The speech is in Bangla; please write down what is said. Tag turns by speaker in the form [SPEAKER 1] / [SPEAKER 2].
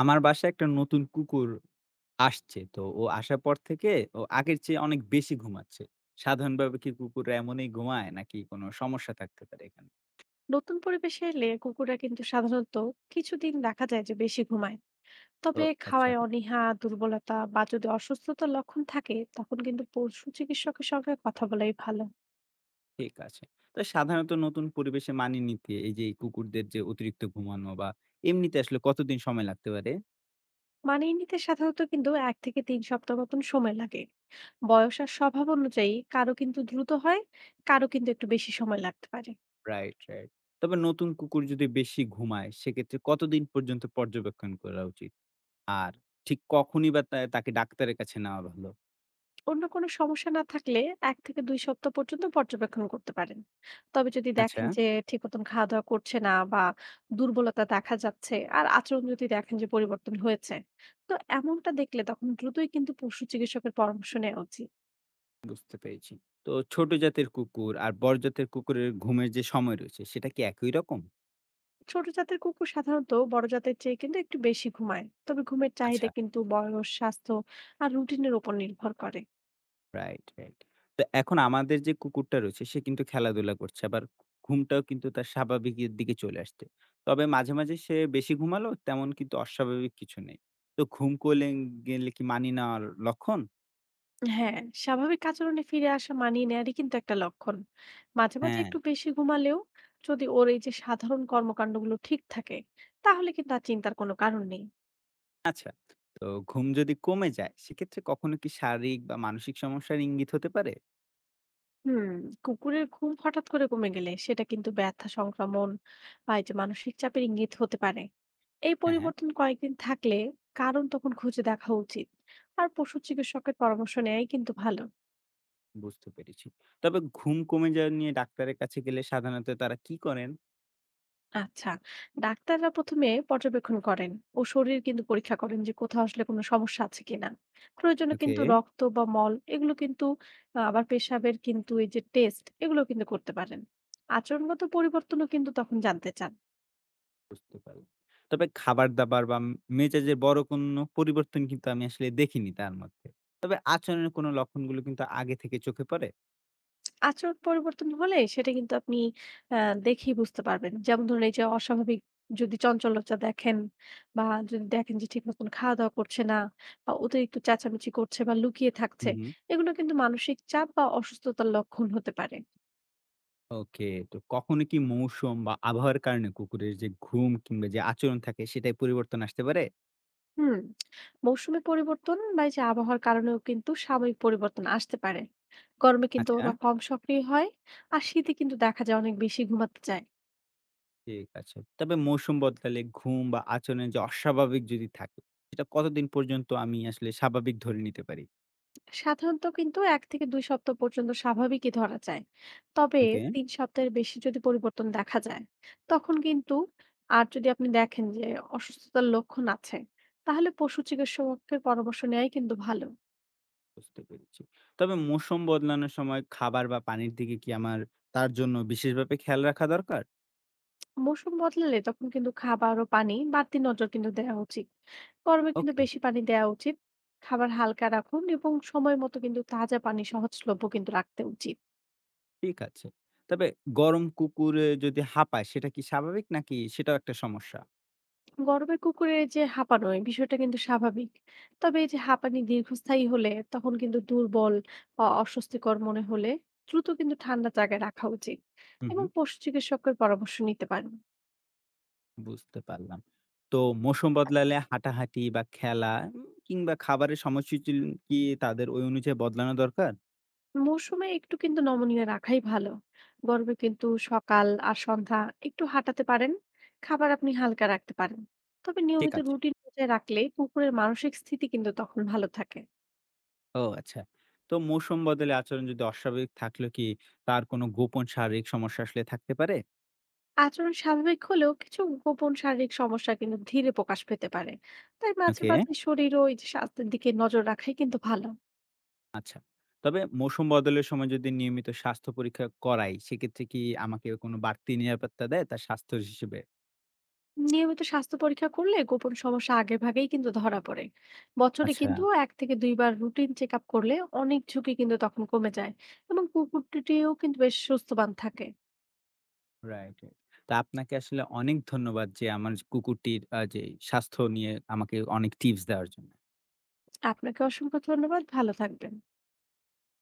[SPEAKER 1] আমার বাসায় একটা নতুন কুকুর আসছে। তো ও আসার পর থেকে ও আগের চেয়ে অনেক বেশি ঘুমাচ্ছে। সাধারণভাবে কি কুকুররা এমনই ঘুমায় নাকি কোনো সমস্যা থাকতে পারে এখানে?
[SPEAKER 2] নতুন পরিবেশে এলে কুকুররা কিন্তু সাধারণত কিছুদিন দেখা যায় যে বেশি ঘুমায়,
[SPEAKER 1] ও
[SPEAKER 2] তবে
[SPEAKER 1] আচ্ছা,
[SPEAKER 2] খাওয়ায় অনীহা, দুর্বলতা বা যদি অসুস্থতার লক্ষণ থাকে, তখন কিন্তু পশু চিকিৎসকের সঙ্গে কথা বলাই ভালো।
[SPEAKER 1] ঠিক আছে। তো সাধারণত নতুন পরিবেশে মানিয়ে নিতে এই যে এই কুকুরদের যে অতিরিক্ত ঘুমানো বা এমনিতে আসলে কতদিন সময় লাগতে পারে?
[SPEAKER 2] মানিয়ে নিতে সাধারণত কিন্তু এক থেকে তিন সপ্তাহ মতন সময় লাগে। বয়স আর স্বভাব অনুযায়ী কারো কিন্তু দ্রুত হয়, কারো কিন্তু একটু বেশি সময় লাগতে পারে।
[SPEAKER 1] Right, right. তবে নতুন কুকুর যদি বেশি ঘুমায় সেক্ষেত্রে কতদিন পর্যন্ত পর্যবেক্ষণ করা উচিত? আর ঠিক কখনই বা তা তাকে ডাক্তারের কাছে নেওয়া ভালো?
[SPEAKER 2] অন্য কোনো সমস্যা না থাকলে ১ থেকে ২ সপ্তাহ পর্যন্ত পর্যবেক্ষণ করতে পারেন। তবে যদি
[SPEAKER 1] আচ্ছা।
[SPEAKER 2] দেখেন যে ঠিক মতন খাওয়া-দাওয়া করছে না, বা দুর্বলতা দেখা যাচ্ছে, আর আচরণ যদি দেখেন যে পরিবর্তন হয়েছে, তো এমনটা দেখলে তখন দ্রুতই কিন্তু পশু চিকিৎসকের পরামর্শ নেওয়া উচিত।
[SPEAKER 1] বুঝতে পেরেছি। তো ছোট জাতের কুকুর আর বড় জাতের কুকুরের ঘুমের যে সময় রয়েছে সেটা কি একই রকম?
[SPEAKER 2] ছোট জাতের কুকুর সাধারণত বড় জাতের চেয়ে কিন্তু একটু বেশি ঘুমায়। তবে ঘুমের
[SPEAKER 1] আচ্ছা।
[SPEAKER 2] চাহিদা কিন্তু বয়স, স্বাস্থ্য আর রুটিনের উপর নির্ভর করে।
[SPEAKER 1] Right, right. তো এখন আমাদের যে কুকুরটা রয়েছে সে কিন্তু খেলাধুলা করছে। আবার ঘুমটাও কিন্তু তার স্বাভাবিকের দিকে চলে আসছে। তবে মাঝে, মাঝে সে বেশি ঘুমালো তেমন কিন্তু অস্বাভাবিক কিছু নেই। তো ঘুম করলে গেলে কি মানিয়ে নেওয়ার লক্ষণ?
[SPEAKER 2] হ্যাঁ, স্বাভাবিক আচরণে ফিরে আসা মানিয়ে নেয়ারই কিন্তু একটা লক্ষণ। মাঝে মাঝে
[SPEAKER 1] হ্যাঁ।
[SPEAKER 2] একটু বেশি ঘুমালেও যদি ওর এই যে সাধারণ কর্মকাণ্ডগুলো ঠিক থাকে, তাহলে কিন্তু আর চিন্তার কোনো কারণ নেই।
[SPEAKER 1] আচ্ছা। তো ঘুম যদি কমে যায় সেক্ষেত্রে কখনো কি শারীরিক বা মানসিক সমস্যার ইঙ্গিত হতে পারে?
[SPEAKER 2] হুম, কুকুরের ঘুম হঠাৎ করে কমে গেলে সেটা কিন্তু ব্যথা, সংক্রমণ বা এই যে মানসিক চাপের ইঙ্গিত হতে পারে। এই
[SPEAKER 1] হ্যাঁ, হ্যাঁ।
[SPEAKER 2] পরিবর্তন কয়েকদিন থাকলে কারণ তখন খুঁজে দেখা উচিত। আর পশু চিকিৎসকের পরামর্শ নেয়াই কিন্তু ভালো।
[SPEAKER 1] বুঝতে পেরেছি। তবে ঘুম কমে যাওয়া নিয়ে ডাক্তারের কাছে গেলে সাধারণত তারা কি করেন?
[SPEAKER 2] আচ্ছা, ডাক্তাররা ১ম এ পর্যবেক্ষণ করেন ও শরীর কিন্তু পরীক্ষা করেন যে কোথাও আসলে কোনো সমস্যা আছে কিনা। প্রয়োজনে
[SPEAKER 1] ওকে।
[SPEAKER 2] কিন্তু রক্ত বা মল এগুলো কিন্তু আবার পেশাবের কিন্তু এই যে টেস্ট এগুলো কিন্তু করতে পারেন। আচরণগত পরিবর্তনও কিন্তু তখন জানতে চান।
[SPEAKER 1] বুঝতে পারলাম। তবে খাবার-দাবার বা মেজাজের বড় কোনো পরিবর্তন কিন্তু আমি আসলে দেখিনি তার মধ্যে। তবে আচরণের কোনো লক্ষণগুলো কিন্তু আগে থেকে চোখে পড়ে?
[SPEAKER 2] আচরণ পরিবর্তন হলে সেটা কিন্তু আপনি আ দেখেই বুঝতে পারবেন। যেমন ধরুন, এই যে অস্বাভাবিক যদি চঞ্চলতা দেখেন, বা যদি দেখেন যে ঠিক মতন খাওয়া-দাওয়া করছে না, বা অতিরিক্ত চেঁচামেচি করছে বা লুকিয়ে থাকছে,
[SPEAKER 1] হুম, হুম।
[SPEAKER 2] এগুলো কিন্তু মানসিক চাপ বা অসুস্থতার লক্ষণ হতে পারে।
[SPEAKER 1] ওকে। তো কখনো কি মৌসুম বা আবহাওয়ার কারণে কুকুরের যে ঘুম কিংবা যে আচরণ থাকে সেটায় পরিবর্তন আসতে পারে?
[SPEAKER 2] হুম? মৌসুমি পরিবর্তন বা এই যে আবহাওয়ার কারণেও কিন্তু সাময়িক পরিবর্তন আসতে পারে। গরমে কিন্তু
[SPEAKER 1] আচ্ছা,
[SPEAKER 2] ওরা কম সক্রিয় হয়, আর শীতে কিন্তু দেখা যায় অনেক বেশি ঘুমাতে চায়।
[SPEAKER 1] ঠিক আছে। তবে মৌসুম বদলালে ঘুম বা আচরণের যে অস্বাভাবিক যদি থাকে, সেটা কতদিন পর্যন্ত আমি আসলে স্বাভাবিক ধরে নিতে পারি?
[SPEAKER 2] সাধারণত কিন্তু ১ থেকে ২ সপ্তাহ পর্যন্ত স্বাভাবিকই ধরা যায়। তবে
[SPEAKER 1] ওকে।
[SPEAKER 2] ৩ সপ্তাহের বেশি যদি পরিবর্তন দেখা যায়, তখন কিন্তু আর যদি আপনি দেখেন যে অসুস্থতার লক্ষণ আছে, তাহলে পশু চিকিৎসকের পরামর্শ নেওয়াই কিন্তু ভালো।
[SPEAKER 1] বুঝতে পেরেছি। তবে মৌসুম বদলানোর সময় খাবার বা পানির দিকে কি আমার তার জন্য বিশেষভাবে খেয়াল রাখা দরকার?
[SPEAKER 2] মৌসুম বদলালে তখন কিন্তু খাবার ও পানি বাড়তি নজর কিন্তু দেওয়া উচিত। গরমে কিন্তু
[SPEAKER 1] ওকে,
[SPEAKER 2] বেশি পানি দেওয়া উচিত। খাবার হালকা রাখুন, এবং সময় মতো কিন্তু তাজা পানি সহজলভ্য কিন্তু রাখতে উচিত।
[SPEAKER 1] ঠিক আছে। তবে গরম কুকুরে যদি হাঁপায় সেটা কি স্বাভাবিক নাকি সেটাও একটা সমস্যা?
[SPEAKER 2] গরমে কুকুরের যে হাঁপানো এই বিষয়টা কিন্তু স্বাভাবিক, তবে এই যে হাঁপানি দীর্ঘস্থায়ী হলে, তখন কিন্তু দুর্বল বা অস্বস্তিকর মনে হলে, দ্রুত কিন্তু ঠান্ডা জায়গায় রাখা উচিত
[SPEAKER 1] হুম,
[SPEAKER 2] এবং
[SPEAKER 1] হুম।
[SPEAKER 2] পশু চিকিৎসকের পরামর্শ নিতে পারেন।
[SPEAKER 1] বুঝতে পারলাম। তো মৌসুম বদলালে হাঁটাহাঁটি বা খেলা কিংবা খাবারের সময়সূচি কি তাদের ওই অনুযায়ী বদলানো দরকার?
[SPEAKER 2] মৌসুমে একটু কিন্তু নমনীয় রাখাই ভালো। গরমে কিন্তু সকাল আর সন্ধ্যা একটু হাঁটাতে পারেন, খাবার আপনি হালকা রাখতে পারেন। তবে
[SPEAKER 1] ঠিক
[SPEAKER 2] নিয়মিত
[SPEAKER 1] আছে।
[SPEAKER 2] রুটিন বজায় রাখলে কুকুরের মানসিক স্থিতি কিন্তু তখন ভালো থাকে।
[SPEAKER 1] ও আচ্ছা। তো মৌসুম বদলে আচরণ যদি অস্বাভাবিক থাকলেও কি তার কোনো গোপন শারীরিক সমস্যা আসলে থাকতে পারে?
[SPEAKER 2] আচরণ স্বাভাবিক হলেও কিছু গোপন শারীরিক সমস্যা কিন্তু ধীরে প্রকাশ পেতে পারে। তাই মাঝে
[SPEAKER 1] ওকে।
[SPEAKER 2] মাঝে শরীর ও এই যে স্বাস্থ্যের দিকে নজর রাখাই কিন্তু ভালো।
[SPEAKER 1] আচ্ছা। তবে মৌসুম বদলের সময় যদি নিয়মিত স্বাস্থ্য পরীক্ষা করাই, সেক্ষেত্রে কি আমাকে কোনো বাড়তি নিরাপত্তা দেয় তার স্বাস্থ্য হিসেবে?
[SPEAKER 2] নিয়মিত স্বাস্থ্য পরীক্ষা করলে গোপন সমস্যা আগে ভাগেই কিন্তু ধরা পড়ে। বছরে
[SPEAKER 1] আচ্ছা।
[SPEAKER 2] কিন্তু এক থেকে দুইবার রুটিন চেক আপ করলে অনেক ঝুঁকি কিন্তু তখন কমে যায়, এবং কুকুরটিও কিন্তু বেশ সুস্থবান থাকে।
[SPEAKER 1] Right, right. তো আপনাকে আসলে অনেক ধন্যবাদ যে আমার কুকুরটির যে স্বাস্থ্য নিয়ে আমাকে অনেক টিপস দেওয়ার জন্য।
[SPEAKER 2] আপনাকে অসংখ্য ধন্যবাদ, ভালো থাকবেন।